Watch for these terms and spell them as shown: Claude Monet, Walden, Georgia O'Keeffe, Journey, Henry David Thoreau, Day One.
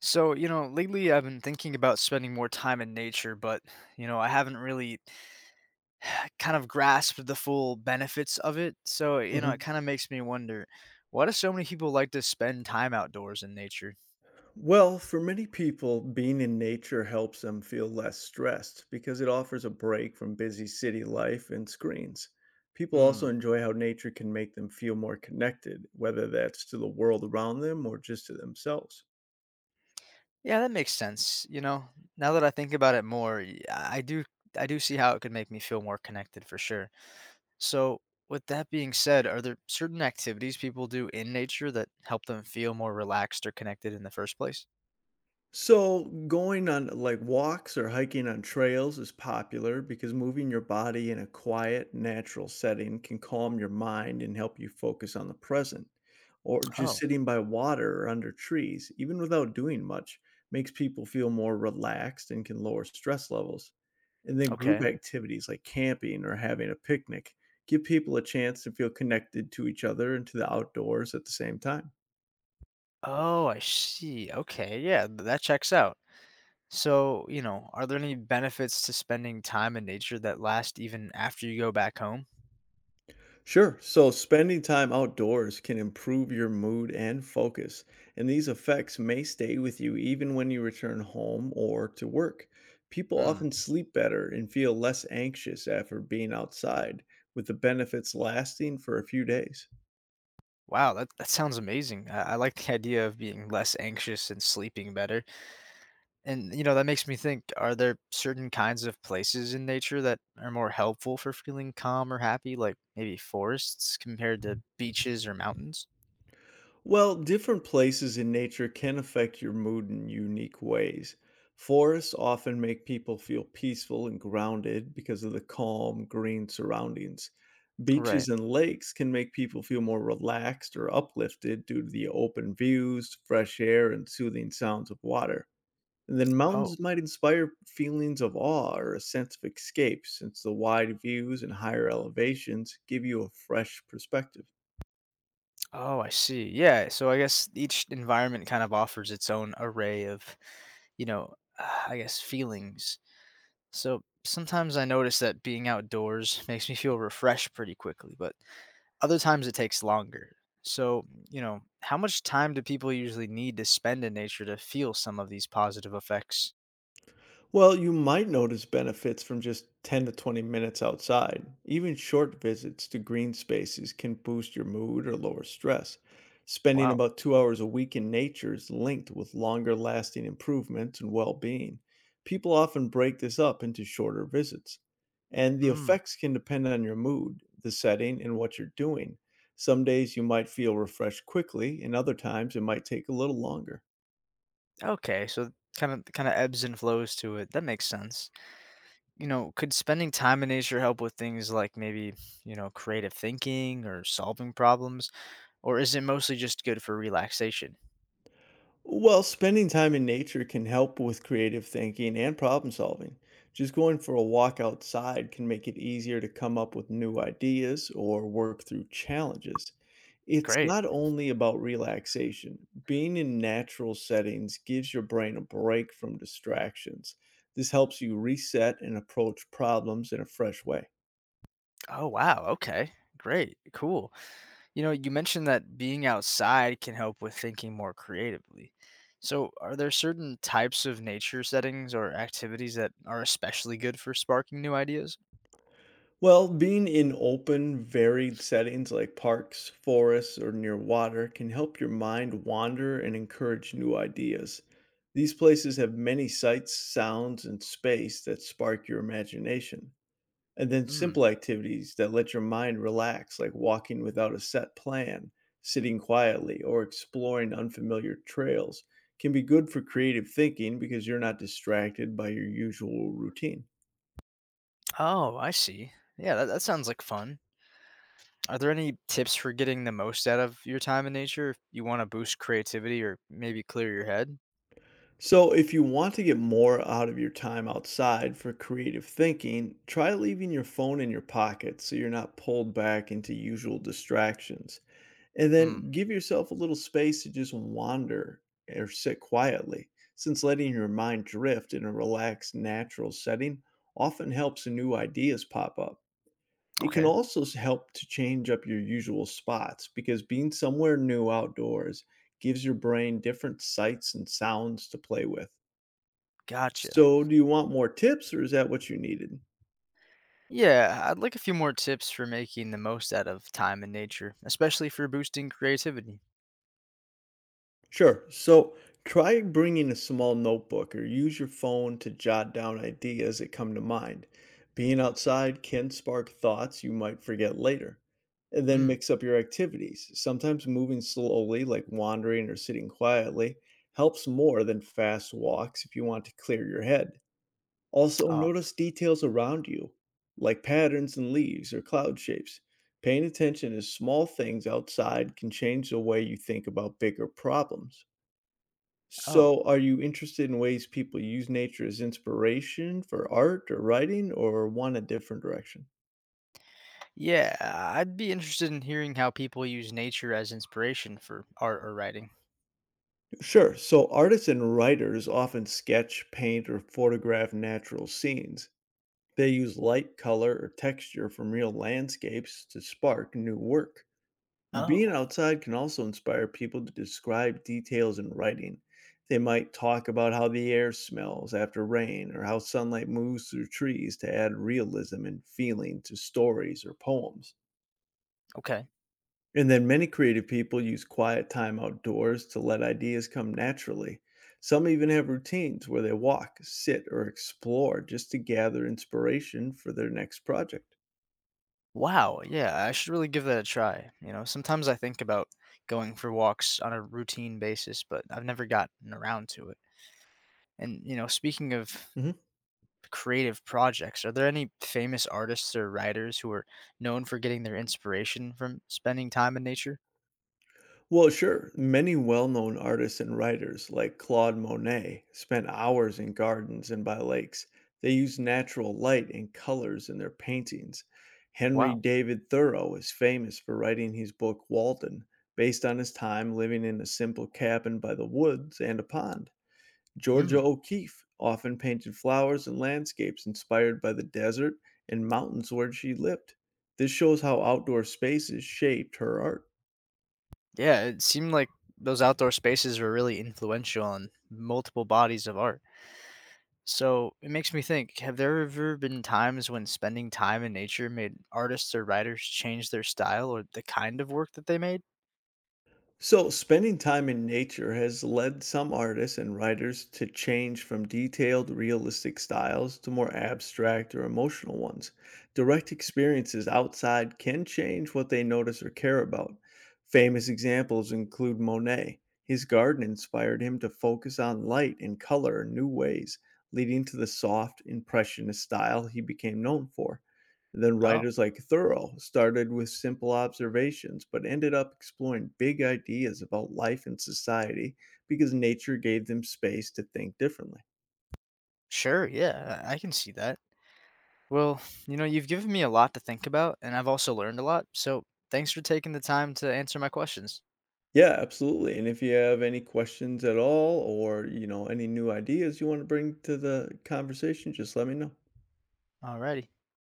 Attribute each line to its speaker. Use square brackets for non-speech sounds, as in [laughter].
Speaker 1: So, lately I've been thinking about spending more time in nature, but, I haven't really [sighs] kind of grasped the full benefits of it. So, it
Speaker 2: Mhm.
Speaker 1: kind of makes me wonder, why do so many people like to spend time outdoors in nature?
Speaker 2: Well, for many people, being in nature helps them feel less stressed because it offers a break from busy city life and screens. People
Speaker 1: Hmm.
Speaker 2: also enjoy how nature can make them feel more connected, whether that's to the world around them or just to themselves.
Speaker 1: Yeah, that makes sense. You know, now that I think about it more, y- I do see how it could make me feel more connected for sure. So, with that being said, are there certain activities people do in nature that help them feel more relaxed or connected in the first place?
Speaker 2: So, going on like walks or hiking on trails is popular because moving your body in a quiet, natural setting can calm your mind and help you focus on the present. Or just
Speaker 1: Oh,
Speaker 2: sitting by water or under trees, even without doing much, makes people feel more relaxed and can lower stress levels. And then group
Speaker 1: okay.
Speaker 2: activities like camping or having a picnic give people a chance to feel connected to each other and to the outdoors at the same time.
Speaker 1: Oh, I see. Okay, yeah, that checks out. So, are there any benefits to spending time in nature that last even after you go back home?
Speaker 2: Sure. So spending time outdoors can improve your mood and focus, and these effects may stay with you even when you return home or to work. People
Speaker 1: Hmm.
Speaker 2: often sleep better and feel less anxious after being outside, with the benefits lasting for a few days.
Speaker 1: Wow, that sounds amazing. I like the idea of being less anxious and sleeping better. And, that makes me think, are there certain kinds of places in nature that are more helpful for feeling calm or happy, like maybe forests compared to beaches or mountains?
Speaker 2: Well, different places in nature can affect your mood in unique ways. Forests often make people feel peaceful and grounded because of the calm, green surroundings. Beaches
Speaker 1: Right.
Speaker 2: and lakes can make people feel more relaxed or uplifted due to the open views, fresh air, and soothing sounds of water. And then
Speaker 1: Oh.
Speaker 2: mountains might inspire feelings of awe or a sense of escape, since the wide views and higher elevations give you a fresh perspective.
Speaker 1: Oh, I see. Yeah. So I guess each environment kind of offers its own array of, [sighs] I guess feelings. So sometimes I notice that being outdoors [laughs] makes me feel refreshed pretty quickly, but other times it takes longer. So, how much time do people usually need to spend in nature to feel some of these positive effects?
Speaker 2: Well, you might notice benefits from just 10 to 20 minutes outside. Even short visits to green spaces can boost your mood or lower stress. Spending
Speaker 1: Wow.
Speaker 2: about 2 hours a week in nature is linked with longer lasting improvements and well being. People often break this up into shorter visits, and the
Speaker 1: Mm.
Speaker 2: effects can depend on your mood, the setting, and what you're doing. Some days you might feel refreshed quickly, and other times it might take a little longer.
Speaker 1: Okay. So, kind of ebbs and flows to it. That makes sense. You know, could spending time in nature help with things like maybe, creative thinking or solving problems? Or is it mostly just good for relaxation?
Speaker 2: Well, spending time in nature can help with creative thinking and problem solving. Just going for a walk outside can make it easier to come up with new ideas or work through challenges. It's
Speaker 1: Great.
Speaker 2: not only about relaxation, being in natural settings gives your brain a break from distractions. This helps you reset and approach problems in a fresh way.
Speaker 1: Oh, wow. Okay. Great. Cool. You know, you mentioned that being outside can help with thinking more creatively. So, are there certain types of nature settings or activities that are especially good for sparking new ideas?
Speaker 2: Well, being in open, varied settings like parks, forests, or near water can help your mind wander and encourage new ideas. These places have many sights, sounds, and space that spark your imagination. And then
Speaker 1: Hmm.
Speaker 2: simple activities that let your mind relax, like walking without a set plan, sitting quietly, or exploring unfamiliar trails, can be good for creative thinking because you're not distracted by your usual routine.
Speaker 1: Oh, I see. Yeah, that sounds like fun. Are there any tips for getting the most out of your time in nature if you want to boost creativity or maybe clear your head?
Speaker 2: So, if you want to get more out of your time outside for creative thinking, try leaving your phone in your pocket so you're not pulled back into usual distractions. And
Speaker 1: Hmm.
Speaker 2: then give yourself a little space to just wander or sit quietly, since letting your mind drift in a relaxed, natural setting often helps new ideas pop up. It can
Speaker 1: Okay.
Speaker 2: also help to change up your usual spots because being somewhere new outdoors gives your brain different sights and sounds to play with.
Speaker 1: Gotcha.
Speaker 2: So, do you want more tips or is that what you needed?
Speaker 1: Yeah, I'd like a few more tips for making the most out of time in nature, especially for boosting creativity.
Speaker 2: Sure. So, try bringing a small notebook or use your phone to jot down ideas that come to mind. Being outside can spark thoughts you might forget later. And then
Speaker 1: Hmm.
Speaker 2: mix up your activities. Sometimes moving slowly, like wandering or sitting quietly, helps more than fast walks if you want to clear your head. Also,
Speaker 1: Oh.
Speaker 2: notice details around you, like patterns in leaves or cloud shapes. Paying attention to small things outside can change the way you think about bigger problems.
Speaker 1: Oh.
Speaker 2: So, are you interested in ways people use nature as inspiration for art or writing, or want a different direction?
Speaker 1: Yeah, I'd be interested in hearing how people use nature as inspiration for art or writing.
Speaker 2: Sure. So, artists and writers often sketch, paint, or photograph natural scenes. They use light, color, or texture from real landscapes to spark new work. Being
Speaker 1: Oh.
Speaker 2: outside can also inspire people to describe details in writing. They might talk about how the air smells after rain or how sunlight moves through trees to add realism and feeling to stories or poems.
Speaker 1: Okay.
Speaker 2: And then many creative people use quiet time outdoors to let ideas come naturally. Some even have routines where they walk, sit, or explore just to gather inspiration for their next project.
Speaker 1: Wow, yeah, I should really give that a try. You know, sometimes I think about going for walks on a routine basis, but I've never gotten around to it. And, speaking of
Speaker 2: Mhm.
Speaker 1: creative projects, are there any famous artists or writers who are known for getting their inspiration from spending time in nature?
Speaker 2: Well, sure. Many well known artists and writers, like Claude Monet, spent hours in gardens and by lakes. They used natural light and colors in their paintings. Henry
Speaker 1: Wow.
Speaker 2: David Thoreau is famous for writing his book Walden, based on his time living in a simple cabin by the woods and a pond. Georgia
Speaker 1: Mm.
Speaker 2: O'Keeffe often painted flowers and landscapes inspired by the desert and mountains where she lived. This shows how outdoor spaces shaped her art.
Speaker 1: Yeah, it seemed like those outdoor spaces were really influential on multiple bodies of art. So it makes me think, have there ever been times when spending time in nature made artists or writers change their style or the kind of work that they made?
Speaker 2: So, spending time in nature has led some artists and writers to change from detailed, realistic styles to more abstract or emotional ones. Direct experiences outside can change what they notice or care about. Famous examples include Monet. His garden inspired him to focus on light and color in new ways, leading to the soft, impressionist style he became known for. Then
Speaker 1: Oh,
Speaker 2: writers like Thoreau started with simple observations, but ended up exploring big ideas about life and society because nature gave them space to think differently.
Speaker 1: sure, yeah, I can see that. Well, you know, you've given me a lot to think about, and I've also learned a lot, so thanks for taking the time to answer my questions.
Speaker 2: Yeah, absolutely. And if you have any questions at all or, you know, any new ideas you want to bring to the conversation, just let me know.
Speaker 1: Alrighty.